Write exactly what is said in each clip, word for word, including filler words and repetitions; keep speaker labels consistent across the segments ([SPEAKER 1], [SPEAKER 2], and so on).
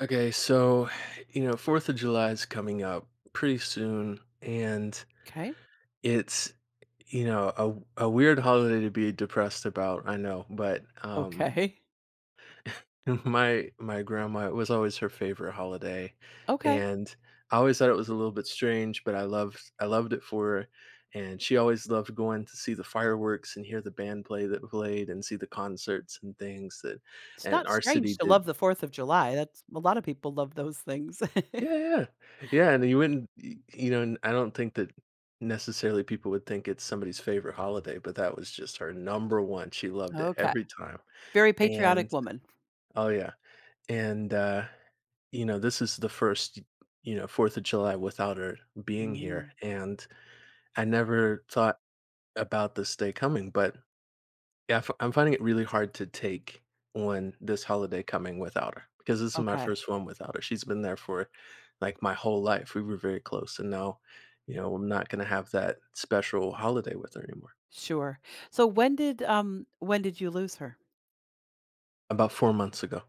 [SPEAKER 1] Okay, so, you know, fourth of July is coming up pretty soon, and
[SPEAKER 2] Okay.
[SPEAKER 1] it's, you know, a, a weird holiday to be depressed about, I know, but um
[SPEAKER 2] Okay.
[SPEAKER 1] my my grandma, it was always her favorite holiday,
[SPEAKER 2] Okay.
[SPEAKER 1] and I always thought it was a little bit strange, but I loved I loved it for her, and she always loved going to see the fireworks and hear the band play that played and see the concerts and things that
[SPEAKER 2] It's
[SPEAKER 1] and
[SPEAKER 2] not
[SPEAKER 1] our city
[SPEAKER 2] strange to
[SPEAKER 1] did.
[SPEAKER 2] love the fourth of July, that's a lot of people love those things.
[SPEAKER 1] Yeah, yeah. Yeah, yeah, and you wouldn't y you know, and I don't think that necessarily people would think it's somebody's favorite holiday, but that was just her number one, she loved it
[SPEAKER 2] Okay,
[SPEAKER 1] every time,
[SPEAKER 2] very patriotic
[SPEAKER 1] and
[SPEAKER 2] woman.
[SPEAKER 1] oh, yeah, and, uh, you know, this is the first, you know, fourth of July without her being here,
[SPEAKER 2] Mm.
[SPEAKER 1] and I never thought about this day coming, but yeah, I f I'm finding it really hard to take on this holiday coming without her, because this is my
[SPEAKER 2] Okay.
[SPEAKER 1] first one without her. She's been there for, like, my whole life. We were very close, and now, you know, I'm not gonna have that special holiday with her anymore.
[SPEAKER 2] Sure. So when did, um when did you lose her?
[SPEAKER 1] About four months ago.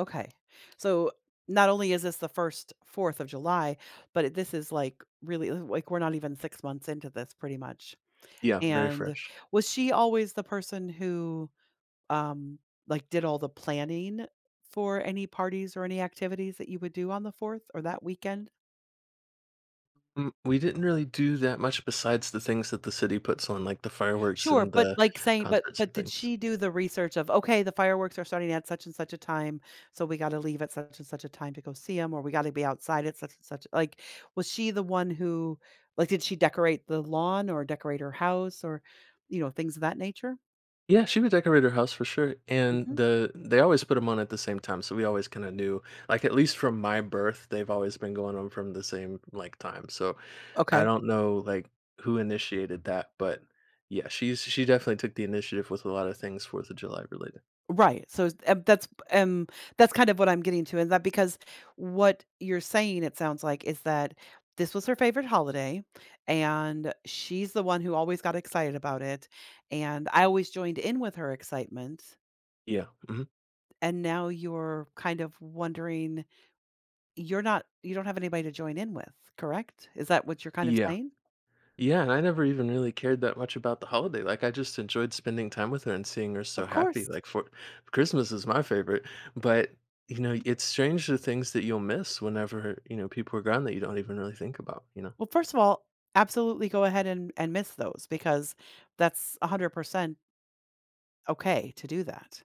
[SPEAKER 2] Okay, so not only is this the first fourth of July, but it this is, like, really uh, like, we're not even 6 months into this pretty much,
[SPEAKER 1] Yeah, very
[SPEAKER 2] and
[SPEAKER 1] fresh.
[SPEAKER 2] was she always the person who um, like, did all the planning for any parties or any activities that you would do on the fourth or that weekend?
[SPEAKER 1] Mm, we didn't really do that much besides the things that the city puts on, like the fireworks
[SPEAKER 2] Sure,
[SPEAKER 1] and
[SPEAKER 2] but,
[SPEAKER 1] the
[SPEAKER 2] like, saying but
[SPEAKER 1] concerts
[SPEAKER 2] but
[SPEAKER 1] and
[SPEAKER 2] did
[SPEAKER 1] things.
[SPEAKER 2] she do the research of, "Okay, the fireworks are starting at such and such a time, so we gotta leave at such and such a time to go see them, or we gotta be outside at such and such," like, was she the one who like, did she decorate the lawn or decorate her house or, you know, things of that nature?
[SPEAKER 1] Yeah, she would decorate her house for sure, and
[SPEAKER 2] Mhm.
[SPEAKER 1] the they always put them on at the same time, so we always kinda knew, like, at least from my birth, they've always been going on from the same, like, time, so I
[SPEAKER 2] Okay.
[SPEAKER 1] don't know, like, who initiated that, but yeah, she's she definitely took the initiative with a lot of things fourth of July related.
[SPEAKER 2] Right. So it's- um, that's um that's kind of what I'm getting to, and that, because what you're saying, it sounds like, is that this was her favorite holiday, and she's the one who always got excited about it, and I always joined in with her excitement,
[SPEAKER 1] Yeah, mhm.
[SPEAKER 2] and now you're kind of wondering you're not you don't have anybody to join in with, correct? Is that what you're kind of
[SPEAKER 1] Yeah.
[SPEAKER 2] saying?
[SPEAKER 1] Yeah, and I never even really cared that much about the holiday. Like, I just enjoyed spending time with her and seeing her so
[SPEAKER 2] Of
[SPEAKER 1] happy.
[SPEAKER 2] course.
[SPEAKER 1] Like, for Christmas is my favorite, but you know, it's strange the things that you'll miss whenever, you know, people are gone that you don't even really think about, you know.
[SPEAKER 2] Well, first of all, absolutely go ahead and and miss those because that's a hundred percent okay to do that.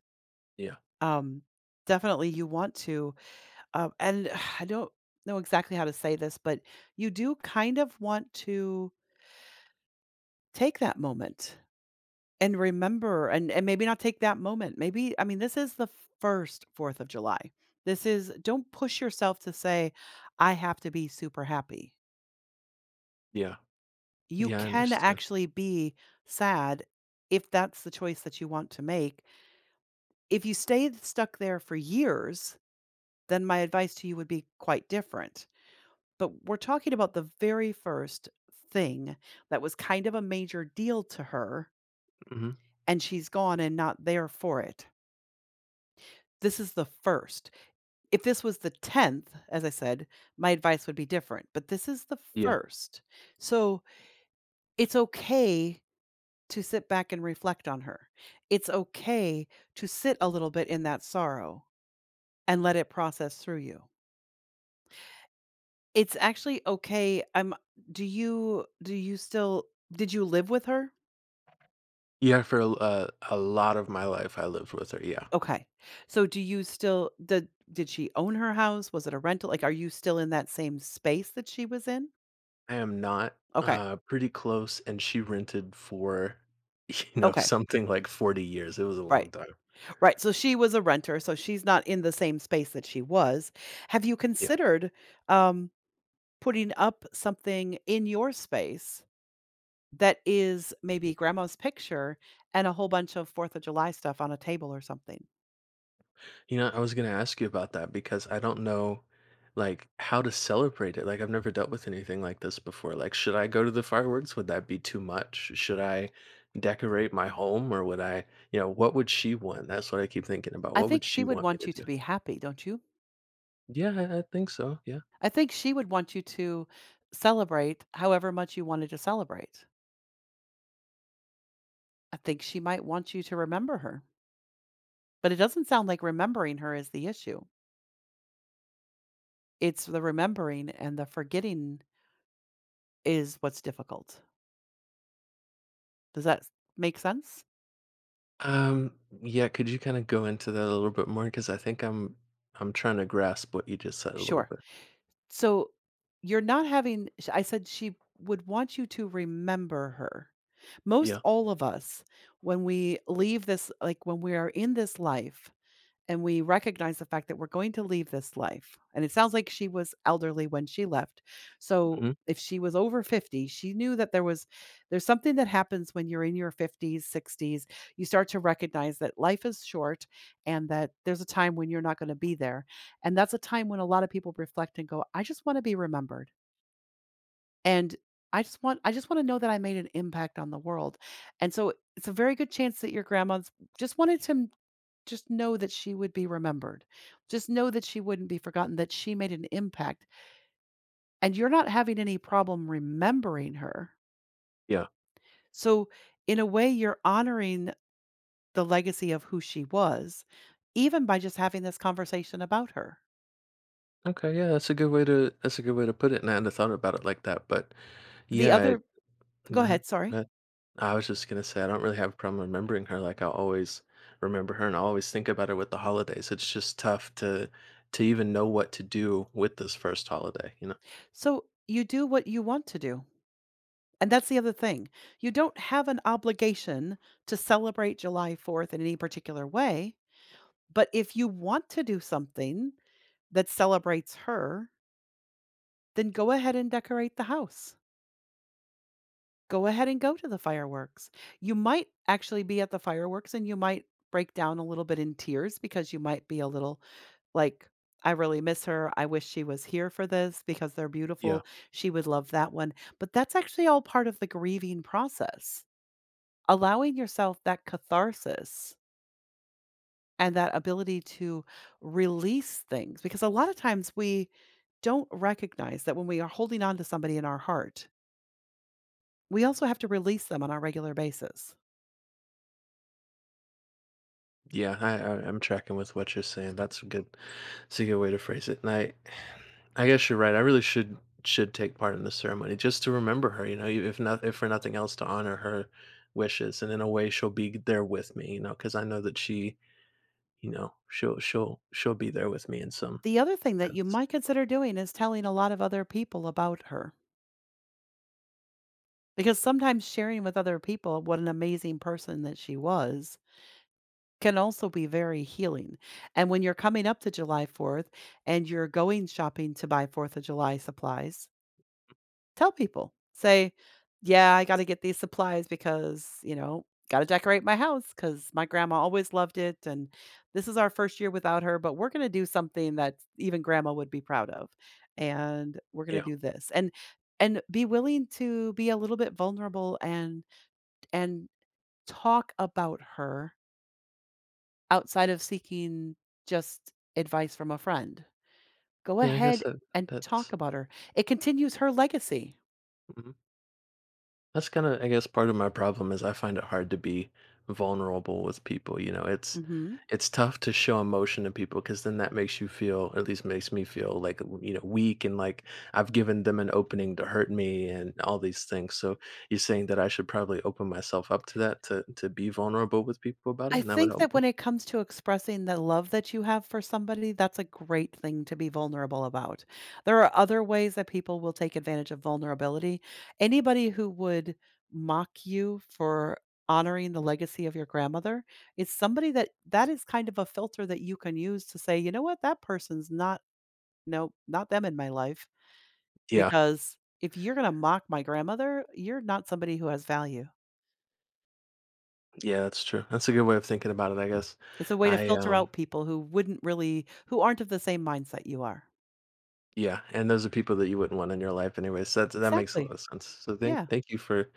[SPEAKER 1] Yeah.
[SPEAKER 2] Um, definitely you want to, um, and I don't know exactly how to say this, but you do kind of want to take that moment and remember and and maybe not take that moment. Maybe I mean this is the first fourth of July. This is Don't push yourself to say I have to be super happy.
[SPEAKER 1] Yeah.
[SPEAKER 2] You
[SPEAKER 1] Yeah, I
[SPEAKER 2] can
[SPEAKER 1] understand.
[SPEAKER 2] actually be sad if that's the choice that you want to make. If you stay stuck there for years, then my advice to you would be quite different. But we're talking about the very first thing that was kind of a major deal to her,
[SPEAKER 1] Hmm.
[SPEAKER 2] and she's gone and not there for it. This is the first. If this was the tenth, as I said, my advice would be different, but this is the
[SPEAKER 1] Yeah.
[SPEAKER 2] first. So it's okay to sit back and reflect on her. It's okay to sit a little bit in that sorrow and let it process through you. It's actually okay. I'm do you do you still did you live with her?
[SPEAKER 1] Yeah, for a, uh, a lot of my life I lived with her. Yeah.
[SPEAKER 2] Okay. So do you still did did she own her house? Was it a rental? Like, are you still in that same space that she was in?
[SPEAKER 1] I am not,
[SPEAKER 2] Okay.
[SPEAKER 1] uh, pretty close, and she rented for you know,
[SPEAKER 2] Okay.
[SPEAKER 1] something like forty years. It was a
[SPEAKER 2] Right.
[SPEAKER 1] long time.
[SPEAKER 2] Right. So she was a renter, so she's not in the same space that she was. Have you
[SPEAKER 1] Yeah.
[SPEAKER 2] considered um putting up something in your space that is maybe grandma's picture and a whole bunch of fourth of July stuff on a table or something?
[SPEAKER 1] You know, I was gonna ask you about that because I don't know, like, how to celebrate it. Like, I've never dealt with anything like this before. Like, should I go to the fireworks? Would that be too much? Should I decorate my home, or would I, you know, what would she want? That's what I keep thinking about.
[SPEAKER 2] I
[SPEAKER 1] What would
[SPEAKER 2] think she
[SPEAKER 1] she
[SPEAKER 2] would
[SPEAKER 1] want me
[SPEAKER 2] want
[SPEAKER 1] to
[SPEAKER 2] you to
[SPEAKER 1] do?
[SPEAKER 2] be happy, don't you?
[SPEAKER 1] Yeah, I, I think so. Yeah.
[SPEAKER 2] I think she would want you to celebrate however much you wanted to celebrate. I think she might want you to remember her, but it doesn't sound like remembering her is the issue. It's the remembering and the forgetting is what's difficult. Does that make sense?
[SPEAKER 1] Um. Yeah. Could you kind of go into that a little bit more? Because I think I'm, I'm trying to grasp what you just said a little
[SPEAKER 2] Sure.
[SPEAKER 1] bit.
[SPEAKER 2] So you're not having, sh- I said she would want you to remember her. Most
[SPEAKER 1] Yeah.
[SPEAKER 2] all of us, when we leave this, like when we are in this life, and we recognize the fact that we're going to leave this life. And it sounds like she was elderly when she left. So
[SPEAKER 1] Hmm.
[SPEAKER 2] if she was over fifty, she knew that there was there's something that happens when you're in your fifties, sixties. You start to recognize that life is short and that there's a time when you're not going to be there. And that's a time when a lot of people reflect and go, "I just want to be remembered." And I just want I just want to know that I made an impact on the world. And so it's a very good chance that your grandma's just wanted to just know that she would be remembered. Just know that she wouldn't be forgotten, that she made an impact, and you're not having any problem remembering her.
[SPEAKER 1] Yeah.
[SPEAKER 2] So, in a way, you're honoring the legacy of who she was, even by just having this conversation about her.
[SPEAKER 1] Okay. Yeah. That's a good way to. That's a good way to put it. And I hadn't thought about it like that, but.
[SPEAKER 2] The
[SPEAKER 1] Yeah.
[SPEAKER 2] other Go
[SPEAKER 1] Mhm.
[SPEAKER 2] ahead, sorry.
[SPEAKER 1] That I was just gonna say, I don't really have a problem remembering her, like, I always remember her, and I always think about her with the holidays, it's just tough to to even know what to do with this first holiday, you know?
[SPEAKER 2] So, you do what you want to do. And that's the other thing. You don't have an obligation to celebrate July fourth in any particular way, but if you want to do something that celebrates her, then go ahead and decorate the house. Go ahead and go to the fireworks. You might actually be at the fireworks and you might break down a little bit in tears because you might be a little like, I really miss her. I wish she was here for this because they're
[SPEAKER 1] Yeah.
[SPEAKER 2] beautiful. She would love that one. But that's actually all part of the grieving process. Allowing yourself that catharsis and that ability to release things because a lot of times we don't recognize that when we are holding on to somebody in our heart, we also have to release them on a regular basis.
[SPEAKER 1] Yeah, I I I'm tracking with what you're saying, that's a good it's a good way to phrase it, and I I guess you're right, I really should should take part in the ceremony just to remember her, you know, if not if for nothing else, to honor her wishes, and in a way, she'll be there with me, you know, because I know that she, you know, she'll she'll she'll be there with me in some
[SPEAKER 2] The other thing that you
[SPEAKER 1] sense.
[SPEAKER 2] might consider doing is telling a lot of other people about her because sometimes sharing with other people what an amazing person that she was can also be very healing. And when you're coming up to July fourth and you're going shopping to buy fourth of July supplies, tell people. Say, "Yeah, I gotta get these supplies because, you know, gotta decorate my house because my grandma always loved it, and this is our first year without her, but we're gonna do something that even grandma would be proud of, and we're gonna
[SPEAKER 1] Yeah.
[SPEAKER 2] do this." And and be willing to be a little bit vulnerable and and talk about her outside of seeking just advice from a friend. Go
[SPEAKER 1] Yeah, I guess
[SPEAKER 2] ahead
[SPEAKER 1] that
[SPEAKER 2] and
[SPEAKER 1] that's
[SPEAKER 2] talk about her. It continues her legacy.
[SPEAKER 1] mhm. That's kinda, I guess, part of my problem is I find it hard to be vulnerable with people, you know, it's
[SPEAKER 2] Mhm.
[SPEAKER 1] it's tough to show emotion to people because then that makes you feel, at least makes me feel like, you know, weak, and like I've given them an opening to hurt me and all these things. So you're saying that I should probably open myself up to that to to be vulnerable with people about it
[SPEAKER 2] I
[SPEAKER 1] and that would
[SPEAKER 2] think
[SPEAKER 1] help
[SPEAKER 2] that
[SPEAKER 1] me?
[SPEAKER 2] when it comes to expressing the love that you have for somebody, that's a great thing to be vulnerable about. There are other ways that people will take advantage of vulnerability. Anybody who would mock you for honoring the legacy of your grandmother is somebody that that is kind of a filter that you can use to say, you know what, that person's not, no, not them in my life.
[SPEAKER 1] Yeah.
[SPEAKER 2] Because if you're going to mock my grandmother, you're not somebody who has value.
[SPEAKER 1] Yeah, that's true. That's a good way of thinking about it, I guess.
[SPEAKER 2] It's a way to
[SPEAKER 1] I,
[SPEAKER 2] filter
[SPEAKER 1] um,
[SPEAKER 2] out people who wouldn't really who aren't of the same mindset you are.
[SPEAKER 1] yeah, and those are people that you wouldn't want in your life anyway, so that that makes a lot
[SPEAKER 2] Exactly.
[SPEAKER 1] of sense. So thank
[SPEAKER 2] Yeah,
[SPEAKER 1] thank you for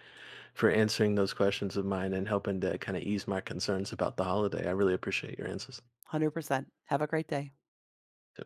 [SPEAKER 1] for answering those questions of mine and helping to kinda ease my concerns about the holiday. I really appreciate your answers.
[SPEAKER 2] a hundred percent. Have a great day.
[SPEAKER 1] Yep.